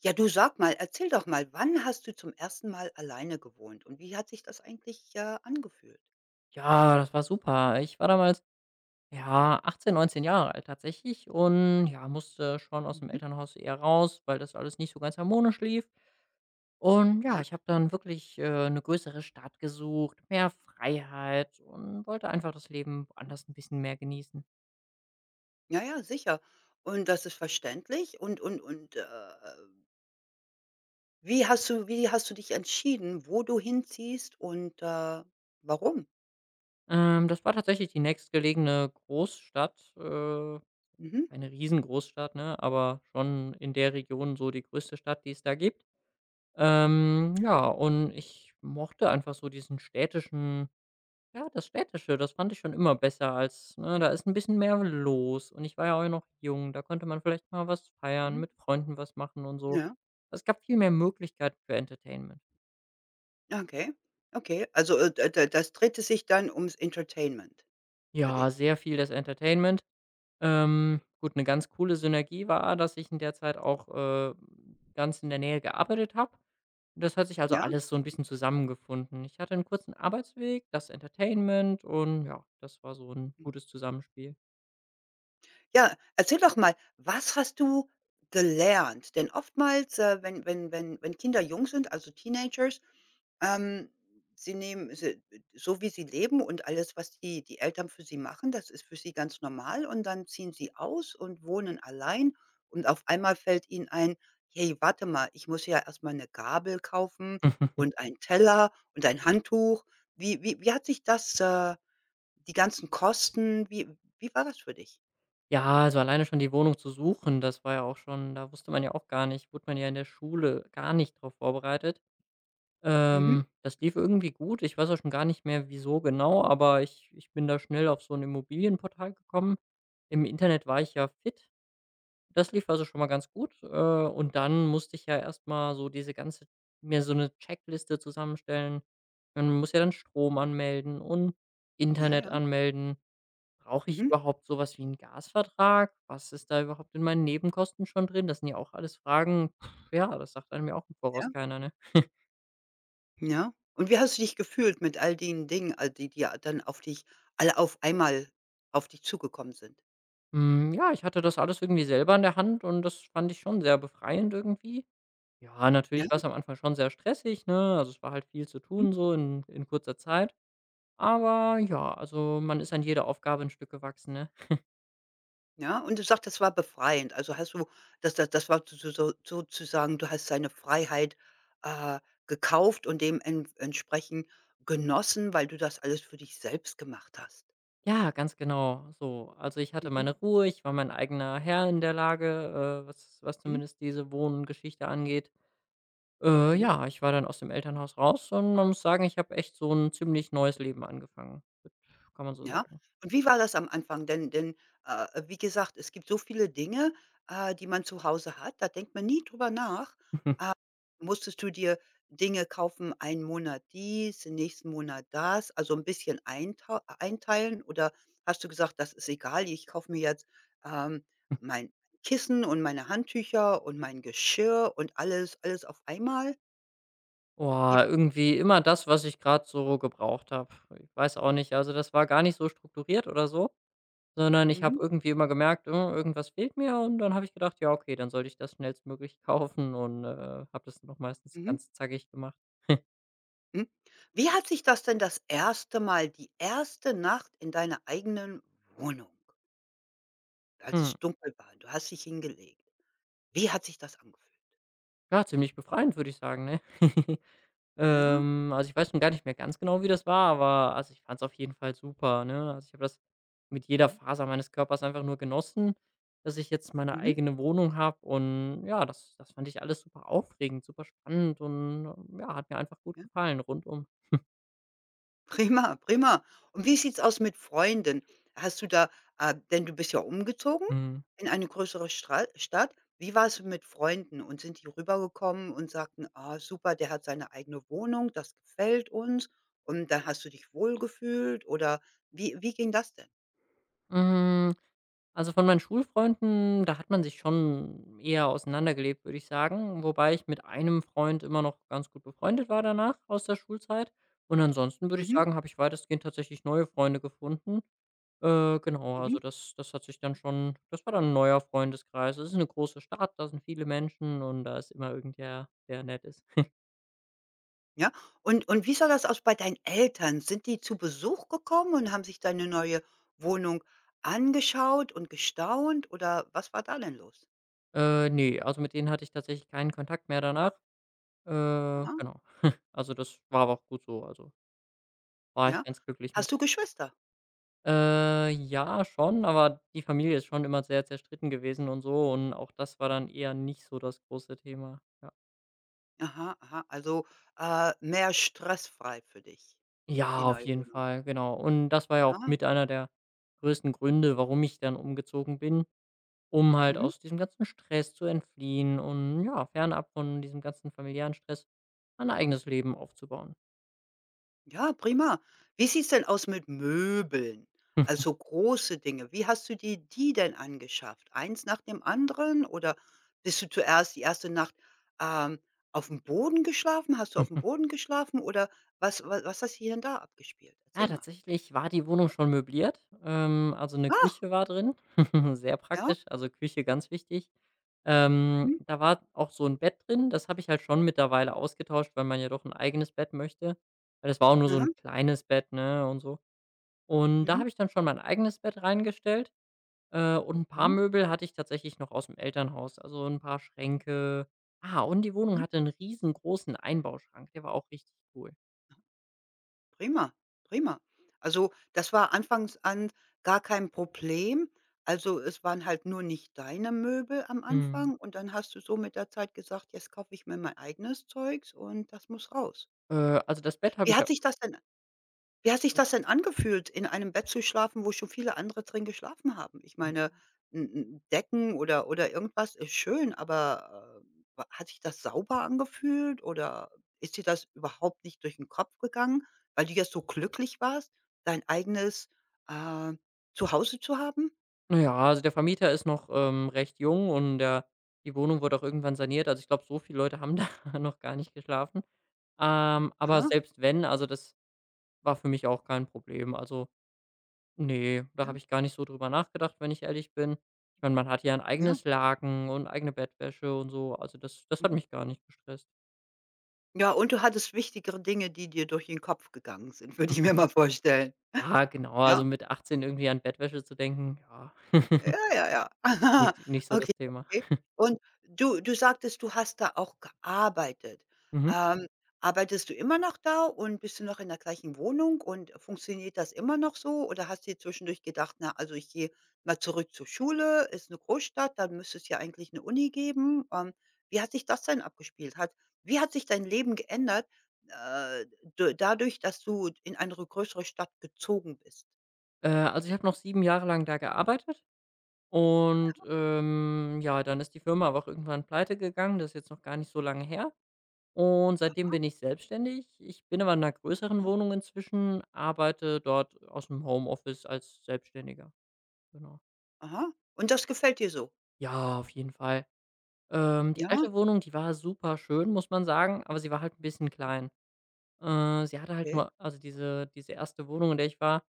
Ja, du, sag mal, erzähl doch mal, wann hast du zum ersten Mal alleine gewohnt und wie hat sich das eigentlich, angefühlt? Ja, das war super. Ich war damals, ja, 18, 19 Jahre alt tatsächlich und ja, musste schon aus dem Mhm. Elternhaus eher raus, weil das alles nicht so ganz harmonisch lief. Und ja, Ja? ich habe dann wirklich, 'ne größere Stadt gesucht, mehr Freiheit und wollte einfach das Leben Mhm. woanders ein bisschen mehr genießen. Ja, ja, sicher. Und das ist verständlich und wie hast du dich entschieden, wo du hinziehst, warum? Das war tatsächlich die nächstgelegene Großstadt, Mhm, keine Riesengroßstadt, ne, aber schon in der Region so die größte Stadt, die es da gibt. Ja, und ich mochte einfach so diesen städtischen, ja, das Städtische, das fand ich schon immer besser als, ne, da ist ein bisschen mehr los und ich war ja auch noch jung, da konnte man vielleicht mal was feiern, mhm. mit Freunden was machen und so. Ja, Es gab viel mehr Möglichkeiten für Entertainment. ja, okay. Okay, also, d d das drehte sich dann ums Entertainment für Ja, dich, sehr viel das Entertainment. Gut, eine ganz coole Synergie war, dass ich in der Zeit auch, ganz in der Nähe gearbeitet habe. Das hat sich also ja? alles so ein bisschen zusammengefunden. Ich hatte einen kurzen Arbeitsweg, das Entertainment und ja, das war so ein Mhm. gutes Zusammenspiel. Ja, erzähl doch mal, was hast du gelernt? Denn oftmals, wenn Kinder jung sind, also Teenagers, ähm, sie nehmen sie so wie sie leben und alles, was die Eltern für sie machen, das ist für sie ganz normal, und dann ziehen sie aus und wohnen allein und auf einmal fällt ihnen ein: „Hey, warte mal, ich muss ja erst mal 'ne Gabel kaufen und einen Teller und ein Handtuch.“ Wie hat sich das, die ganzen Kosten, wie war das für dich? Ja, also alleine schon die Wohnung zu suchen, das war ja auch schon, da wusste man ja auch gar nicht, wurde man ja in der Schule gar nicht drauf vorbereitet. Mhm. Das lief irgendwie gut. Ich weiß auch schon gar nicht mehr, wieso genau, aber ich bin da schnell auf so ein Immobilienportal gekommen. Im Internet war ich ja fit. Das lief also schon mal ganz gut, und dann musste ich ja erst mal so diese ganze, mir so eine Checkliste zusammenstellen. Man muss ja dann Strom anmelden und Ja, Internet ja. anmelden. Brauche ich Mhm. überhaupt sowas wie einen Gasvertrag? Was ist da überhaupt in meinen Nebenkosten schon drin? Das sind ja auch alles Fragen. Pff, ja, das sagt einem ja auch im Ja, Voraus keiner, ne? ja. Und wie hast du dich gefühlt mit all den Dingen, all die ja dann auf dich alle auf einmal auf dich zugekommen sind? Hm, ja, ich hatte das alles irgendwie selber in der Hand und das fand ich schon sehr befreiend irgendwie. Ja, Ja? natürlich war es am Anfang schon sehr stressig, ne? Also, es war halt viel zu Mhm. tun so in kurzer Zeit. Aber ja, also, man ist an jede Aufgabe ein Stück gewachsen, ne? Ja, und du sagst, das war befreiend. Also, hast du das war so sozusagen, du hast deine Freiheit, äh, gekauft und demen entsprechend genossen, weil du das alles für dich selbst gemacht hast. Ja, ganz genau, so. Also, ich hatte Mhm. meine Ruhe, ich war mein eigener Herr in der Lage, was was Mhm. zumindest diese Wohngeschichte angeht. Mhm. Ja, ich war dann aus dem Elternhaus raus und man muss sagen, ich habe echt so ein ziemlich neues Leben angefangen, kann man so Ja? sagen. Und wie war das am Anfang? Denn, wie gesagt, es gibt so viele Dinge, die man zu Hause hat, da denkt man nie drüber nach. Musstest du dir Dinge kaufen, einen Monat dies, den nächsten Monat das, also ein bisschen eintau einteilen, oder hast du gesagt: „Das ist egal, ich kaufe mir jetzt, ähm, mein Kissen und meine Handtücher und mein Geschirr und alles auf einmal?“ Oh, Wie war. irgendwie immer das, was ich gerade so gebraucht habe. Ich weiß auch nicht, also, das war gar nicht so strukturiert oder so, sondern ich habe Mhm, irgendwie immer gemerkt, irgendwas fehlt mir und dann habe ich gedacht: „Ja, okay, dann sollte ich das schnellstmöglich kaufen“ und, habe das noch meistens mhm. ganz zackig gemacht. Hm. Wie hat sich das denn das erste Mal, die erste Nacht in deiner eigenen Wohnung, als Hm, es dunkel war, du hast dich hingelegt. Wie hat sich das angefühlt? ja, ziemlich befreiend, würde ich sagen, ne? Ja? Also, ich weiß schon gar nicht mehr ganz genau, wie das war, aber also, ich fand es auf jeden Fall super, ne? Also, ich habe das mit jeder Mhm. Faser meines Körpers einfach nur genossen, dass ich jetzt meine Mhm. eigene Wohnung habe und ja, das fand ich alles super aufregend, super spannend und, ja, hat mir einfach gut Ja. gefallen rundum. Prima, prima. Und wie sieht's aus mit Freunden? Hast du da, denn du bist ja umgezogen Mhm. in eine größere Stra Stadt. Wie war's mit Freunden, und sind die rübergekommen und sagten: „Ah, super, der hat seine eigene Wohnung, das gefällt uns.“ Und dann hast du dich wohlgefühlt, oder wie ging das denn? Hm, also, von meinen Schulfreunden, da hat man sich schon eher auseinandergelebt, würde ich sagen, wobei ich mit einem Freund immer noch ganz gut befreundet war danach aus der Schulzeit. Und ansonsten würde ich Mhm. sagen, habe ich weitestgehend tatsächlich neue Freunde gefunden. Genau, Mhm. also das hat sich dann schon, das war dann 'n neuer Freundeskreis. Es ist eine große Stadt, da sind viele Menschen und da ist immer irgendwer, der nett ist. Ja. Und wie sah das aus bei deinen Eltern? Sind die zu Besuch gekommen und haben sich deine neue Wohnung angeschaut und gestaunt, oder was war da denn los? Ne, also mit denen hatte ich tatsächlich keinen Kontakt mehr danach. Aha, Genau. Also, das war aber auch gut so. Also, war ich ja. ganz glücklich mit. Hast du Geschwister? Ja, schon, aber die Familie ist schon immer sehr zerstritten gewesen und so und auch das war dann eher nicht so das große Thema. Ja. Aha, aha. Also, mehr stressfrei für dich, Ja, die auf neue jeden Wohnung. Fall, genau. Und das war ja auch Ja? mit einer der größten Gründe, warum ich dann umgezogen bin, um halt Mhm. aus diesem ganzen Stress zu entfliehen und ja, fernab von diesem ganzen familiären Stress ein eigenes Leben aufzubauen. Ja, prima. Wie sieht's denn aus mit Möbeln? Also große Dinge. Wie hast du dir die denn angeschafft? Eins nach dem anderen, oder bist du zuerst die erste Nacht, ähm, auf dem Boden geschlafen? Hast du auf dem Boden geschlafen, oder was hast du hier denn da abgespielt? Ja, Erzähl mal. tatsächlich war die Wohnung schon möbliert. Also eine Ach, Küche war drin, sehr ja. praktisch, also Küche ganz wichtig. Mhm. Da war auch so ein Bett drin, das habe ich halt schon mittlerweile ausgetauscht, weil man ja doch ein eigenes Bett möchte. Weil das war auch nur so Aha. ein kleines Bett, ne, und so. Und da Mhm. habe ich dann schon mein eigenes Bett reingestellt, und ein paar Mhm. Möbel hatte ich tatsächlich noch aus dem Elternhaus, also ein paar Schränke. Ah, und die Wohnung Mhm. hatte einen riesengroßen Einbauschrank, der war auch richtig cool. Prima, prima. Also, das war anfangs an gar kein Problem. Also, es waren halt nur nicht deine Möbel am Mhm. Anfang, und dann hast du so mit der Zeit gesagt: „Jetzt kaufe ich mir mein eigenes Zeugs und das muss raus.“ Also das Bett habe Wie ich ja, hat sich das denn, angefühlt, in einem Bett zu schlafen, wo schon viele andere drin geschlafen haben? Ich hm, meine, 'n Decken oder irgendwas ist schön, aber, wa hat sich das sauber angefühlt, oder ist dir das überhaupt nicht durch den Kopf gegangen, weil du jetzt so glücklich warst, dein eigenes, äh, Zuhause zu haben? naja, also der Vermieter ist noch, recht jung und der, die Wohnung wurde auch irgendwann saniert. Also, ich glaube, so viele Leute haben da noch gar nicht geschlafen. Aber Aha, selbst wenn, also das war für mich auch kein Problem. Also, nee, da ja, habe ich gar nicht so drüber nachgedacht, wenn ich ehrlich bin. Ich meine, man hat ja ein ja, eigenes Laken und eigene Bettwäsche und so. Also, das hat mhm. mich gar nicht gestresst. Ja, und du hattest wichtigere Dinge, die dir durch den Kopf gegangen sind, würde ich mir mal vorstellen, Ja, genau, also ja? mit 18 irgendwie an Bettwäsche zu denken, ja, Ja, ja, ja. nicht so das Okay, Thema. okay. Und du sagtest, du hast da auch gearbeitet. Mhm. Ähm, arbeitest du immer noch da und bist du noch in der gleichen Wohnung und funktioniert das immer noch so? Oder hast du dir zwischendurch gedacht: „Na, also ich gehe mal zurück zur Schule, ist eine Großstadt, dann müsste es ja eigentlich eine Uni geben.“ wie hat sich das denn abgespielt? Hat Wie hat sich dein Leben geändert, äh, d dadurch, dass du in eine größere Stadt gezogen bist? Also ich habe noch 7 Jahre lang da gearbeitet. Und, ja, dann ist die Firma aber auch irgendwann pleite gegangen. Das ist jetzt noch gar nicht so lange her. Und seitdem Aha, bin ich selbstständig. Ich bin aber in einer größeren Wohnung inzwischen, arbeite dort aus dem Homeoffice als Selbstständiger. Genau. aha. Und das gefällt dir so? Ja, auf jeden Fall. Die Ja, alte Wohnung, die war super schön, muss man sagen, aber sie war halt ein bisschen klein. Sie hatte halt okay. nur, also diese erste Wohnung, in der ich war,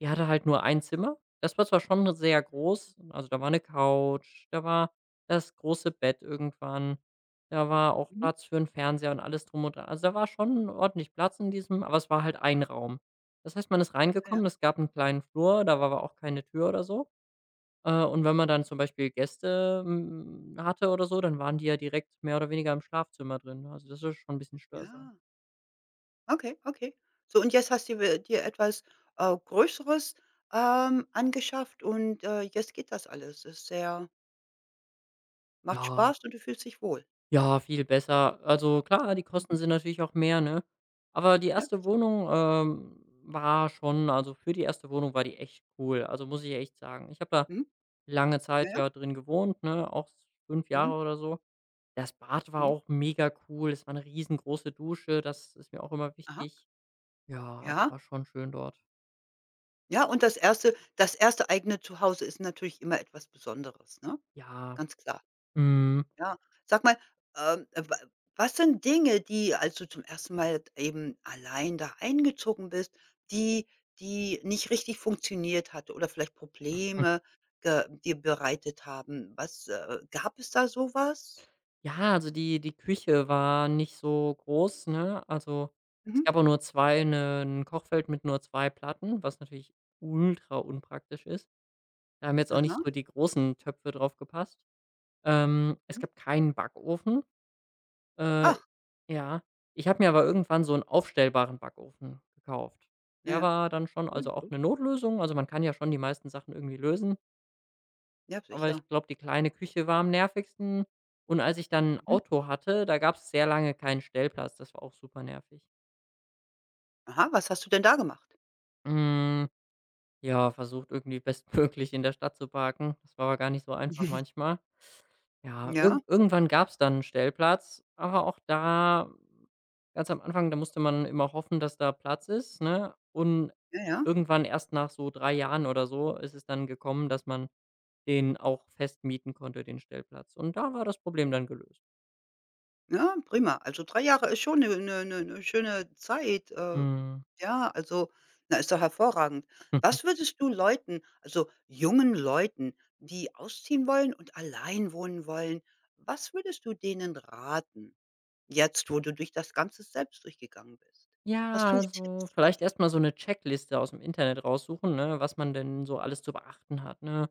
die hatte halt nur ein Zimmer. Das war zwar schon sehr groß, also da war eine Couch, da war das große Bett irgendwann, da war auch Mhm, Platz für einen Fernseher und alles drum und dran. Also, da war schon ordentlich Platz in diesem, aber es war halt ein Raum. Das heißt, man ist ja, ja, reingekommen, es gab einen kleinen Flur, da war aber auch keine Tür oder so. Und wenn man dann zum Beispiel Gäste, hm, hatte oder so, dann waren die ja direkt mehr oder weniger im Schlafzimmer drin. Also, das ist schon ein bisschen steuersam. ja. Okay, okay. So, und jetzt hast du we dir etwas, Größeres, angeschafft und, jetzt geht das alles. Ist sehr Macht Ja. Spaß und du fühlst dich wohl. Ja, viel besser. Also klar, die Kosten Mhm. sind natürlich auch mehr, ne? Aber die Ja, erste sicher. Wohnung, war schon, also für die erste Wohnung war die echt cool. Also, muss ich echt sagen. Ich habe da Mhm. lange Ja, Zeit ja. ja drin gewohnt, ne, auch fünf Mhm. Jahre oder so. Das Bad war Mhm. auch mega cool. Es war eine riesengroße Dusche, das ist mir auch immer Aha. wichtig. Ja, also Ja. war schon schön dort. Ja, und das erste eigene Zuhause ist natürlich immer etwas Besonderes, ne? Ja, Ganz klar. mhm. Ja. Sag mal, wa was sind Dinge, die, als du zum ersten Mal eben allein da eingezogen bist, die nicht richtig funktioniert hat oder vielleicht Probleme ge dir bereitet haben? Was, äh, gab es da sowas? Ja, also die Küche war nicht so groß, ne? Also, es Mhm. gab auch nur zwei, 'n Kochfeld mit nur 2 Platten, was natürlich ultra unpraktisch ist. Da haben jetzt auch Aha. nicht so die großen Töpfe drauf gepasst. Es Mhm. gab keinen Backofen. Äh, Ach, ja, ich habe mir aber irgendwann so einen aufstellbaren Backofen gekauft. na Der ja, war dann schon, gut, also auch gut. eine Notlösung. Also, man kann ja schon die meisten Sachen irgendwie lösen. Ja, Aber ich sicher. glaube, die kleine Küche war am nervigsten. Und als ich dann 'n Mhm. Auto hatte, da gab's sehr lange keinen Stellplatz. Das war auch super nervig. Aha, was hast du denn da gemacht? Hm, ja, versucht irgendwie bestmöglich in der Stadt zu parken. Das war aber gar nicht so einfach manchmal. Ja, Ja, irgendwann gab's dann 'n Stellplatz, aber auch da ganz am Anfang, da musste man immer hoffen, dass da Platz ist, ne? Und ja, ja. irgendwann erst nach so 3 Jahren oder so ist es dann gekommen, dass man den auch fest mieten konnte, den Stellplatz. Und da war das Problem dann gelöst. Ja, prima. Also 3 Jahre ist schon eine schöne Zeit. Mhm. Ja, also, na, ist doch hervorragend. Was würdest du Leuten, also jungen Leuten, die ausziehen wollen und allein wohnen wollen, was würdest du denen raten, jetzt, wo du durch das Ganze selbst durchgegangen bist? Ja, Hast du also Tipps für vielleicht erst die? mal so eine Checkliste aus dem Internet raussuchen, ne, was man denn so alles zu beachten hat, ne?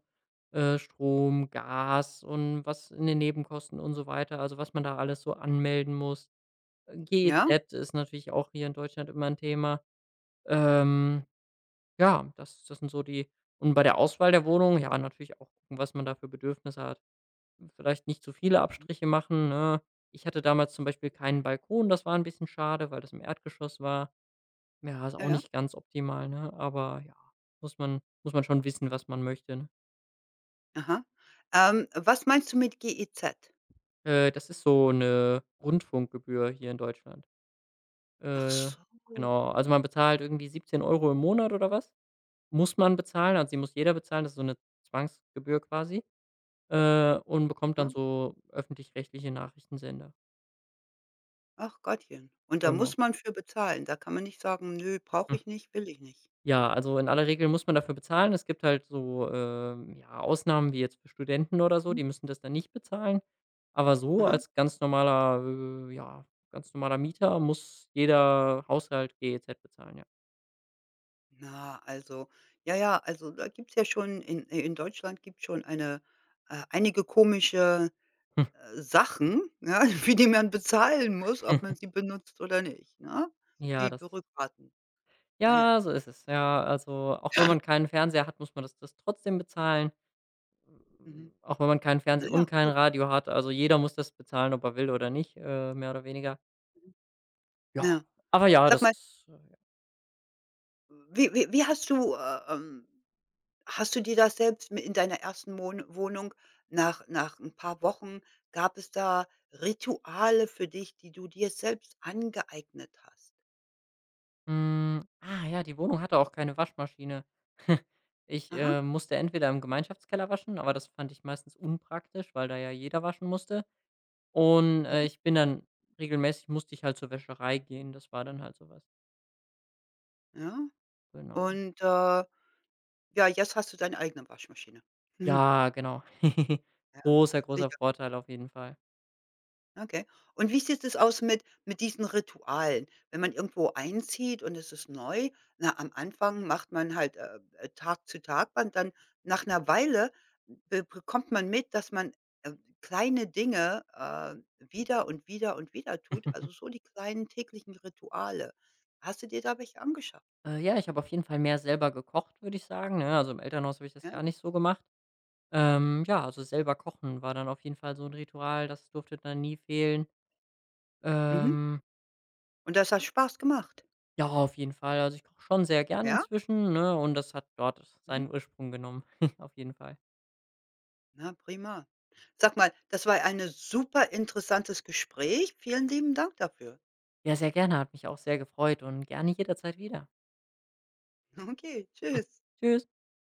Strom, Gas und was in den Nebenkosten und so weiter, also, was man da alles so anmelden muss. Ja? GEZ ist natürlich auch hier in Deutschland immer ein Thema. Ähm, ja, das sind so die, und bei der Auswahl der Wohnung, ja, natürlich auch gucken, was man da für Bedürfnisse hat. Vielleicht nicht zu viele Abstriche machen, ne? Ich hatte damals zum Beispiel keinen Balkon, das war ein bisschen schade, weil das im Erdgeschoss war. Ja, ist Ja, auch ja. nicht ganz optimal, ne? Aber ja, muss man schon wissen, was man möchte, ne? Aha. Was meinst du mit GEZ? Das ist so eine Rundfunkgebühr hier in Deutschland. Ach Äh, so. genau, also man bezahlt irgendwie 17 € im Monat oder was? Muss man bezahlen, also die muss jeder bezahlen, das ist so eine Zwangsgebühr quasi, und bekommt dann Ah. so öffentlich-rechtliche Nachrichtensender. Ach Gottchen. Und da Genau. muss man für bezahlen. Da kann man nicht sagen: „Nö, brauche ich nicht, will ich nicht.“ Ja, also in aller Regel muss man dafür bezahlen. Es gibt halt so, ja, Ausnahmen wie jetzt für Studenten oder so, Mhm. die müssen das dann nicht bezahlen. Aber so Aha. als ganz normaler, ja, ganz normaler Mieter muss jeder Haushalt G, E, Z bezahlen, ja. Na, also ja, ja, also da gibt's ja schon, in Deutschland gibt's schon eine einige komische, Sachen, ja, für die man bezahlen muss, ob man sie benutzt oder nicht, ne? Ja, Die das, Bürokraten. Ja, ja. ja, so ist es. Ja, also auch wenn man keinen Fernseher hat, muss man das trotzdem bezahlen. Mhm. Hm, auch wenn man keinen Na Fernseher und ja, kein gut. Radio hat. Also jeder muss das bezahlen, ob er will oder nicht, mehr oder weniger. Ja, Na ja. aber ja, Sag das. mal, wie hast du, hast du dir das selbst mi in deiner ersten Mon Wohnung nach ein paar Wochen, gab es da Rituale für dich, die du dir selbst angeeignet hast? Hm, ah ja, die Wohnung hatte auch keine Waschmaschine. Ich, Aha, musste entweder im Gemeinschaftskeller waschen, aber das fand ich meistens unpraktisch, weil da ja jeder waschen musste. Und, mhm, ich bin dann regelmäßig, musste ich halt zur Wäscherei gehen. Das war dann halt sowas. ja. Genau. Und, ja, jetzt hast du deine eigene Waschmaschine. Mhm, Ja, genau. ja, Großer, sich. großer Vorteil auf jeden Fall. Okay. Und wie sieht es aus mit diesen Ritualen? Wenn man irgendwo einzieht und es ist neu, na, am Anfang macht man halt, Tag zu Tag, und dann nach einer Weile be bekommt man mit, dass man, äh, kleine Dinge, wieder und wieder und wieder tut, also so die kleinen täglichen Rituale. Hast du dir da welche angeschafft, Ja, ich habe auf jeden Fall mehr selber gekocht, würde ich sagen, ne? Also, im Elternhaus habe ich das ja? gar nicht so gemacht. Ja, also selber kochen war dann auf jeden Fall so ein Ritual, das durfte dann nie fehlen. Mhm. Ähm Und das hat Spaß gemacht, Ja, auf jeden Fall. Also, ich koche schon sehr gerne ja? inzwischen, ne, und das hat dort Mhm. seinen Ursprung genommen, auf jeden Fall. Na, prima. Sag mal, das war ein super interessantes Gespräch. Vielen lieben Dank dafür. Ja, sehr gerne, hat mich auch sehr gefreut und gerne jederzeit wieder. Okay, tschüss. Tschüss.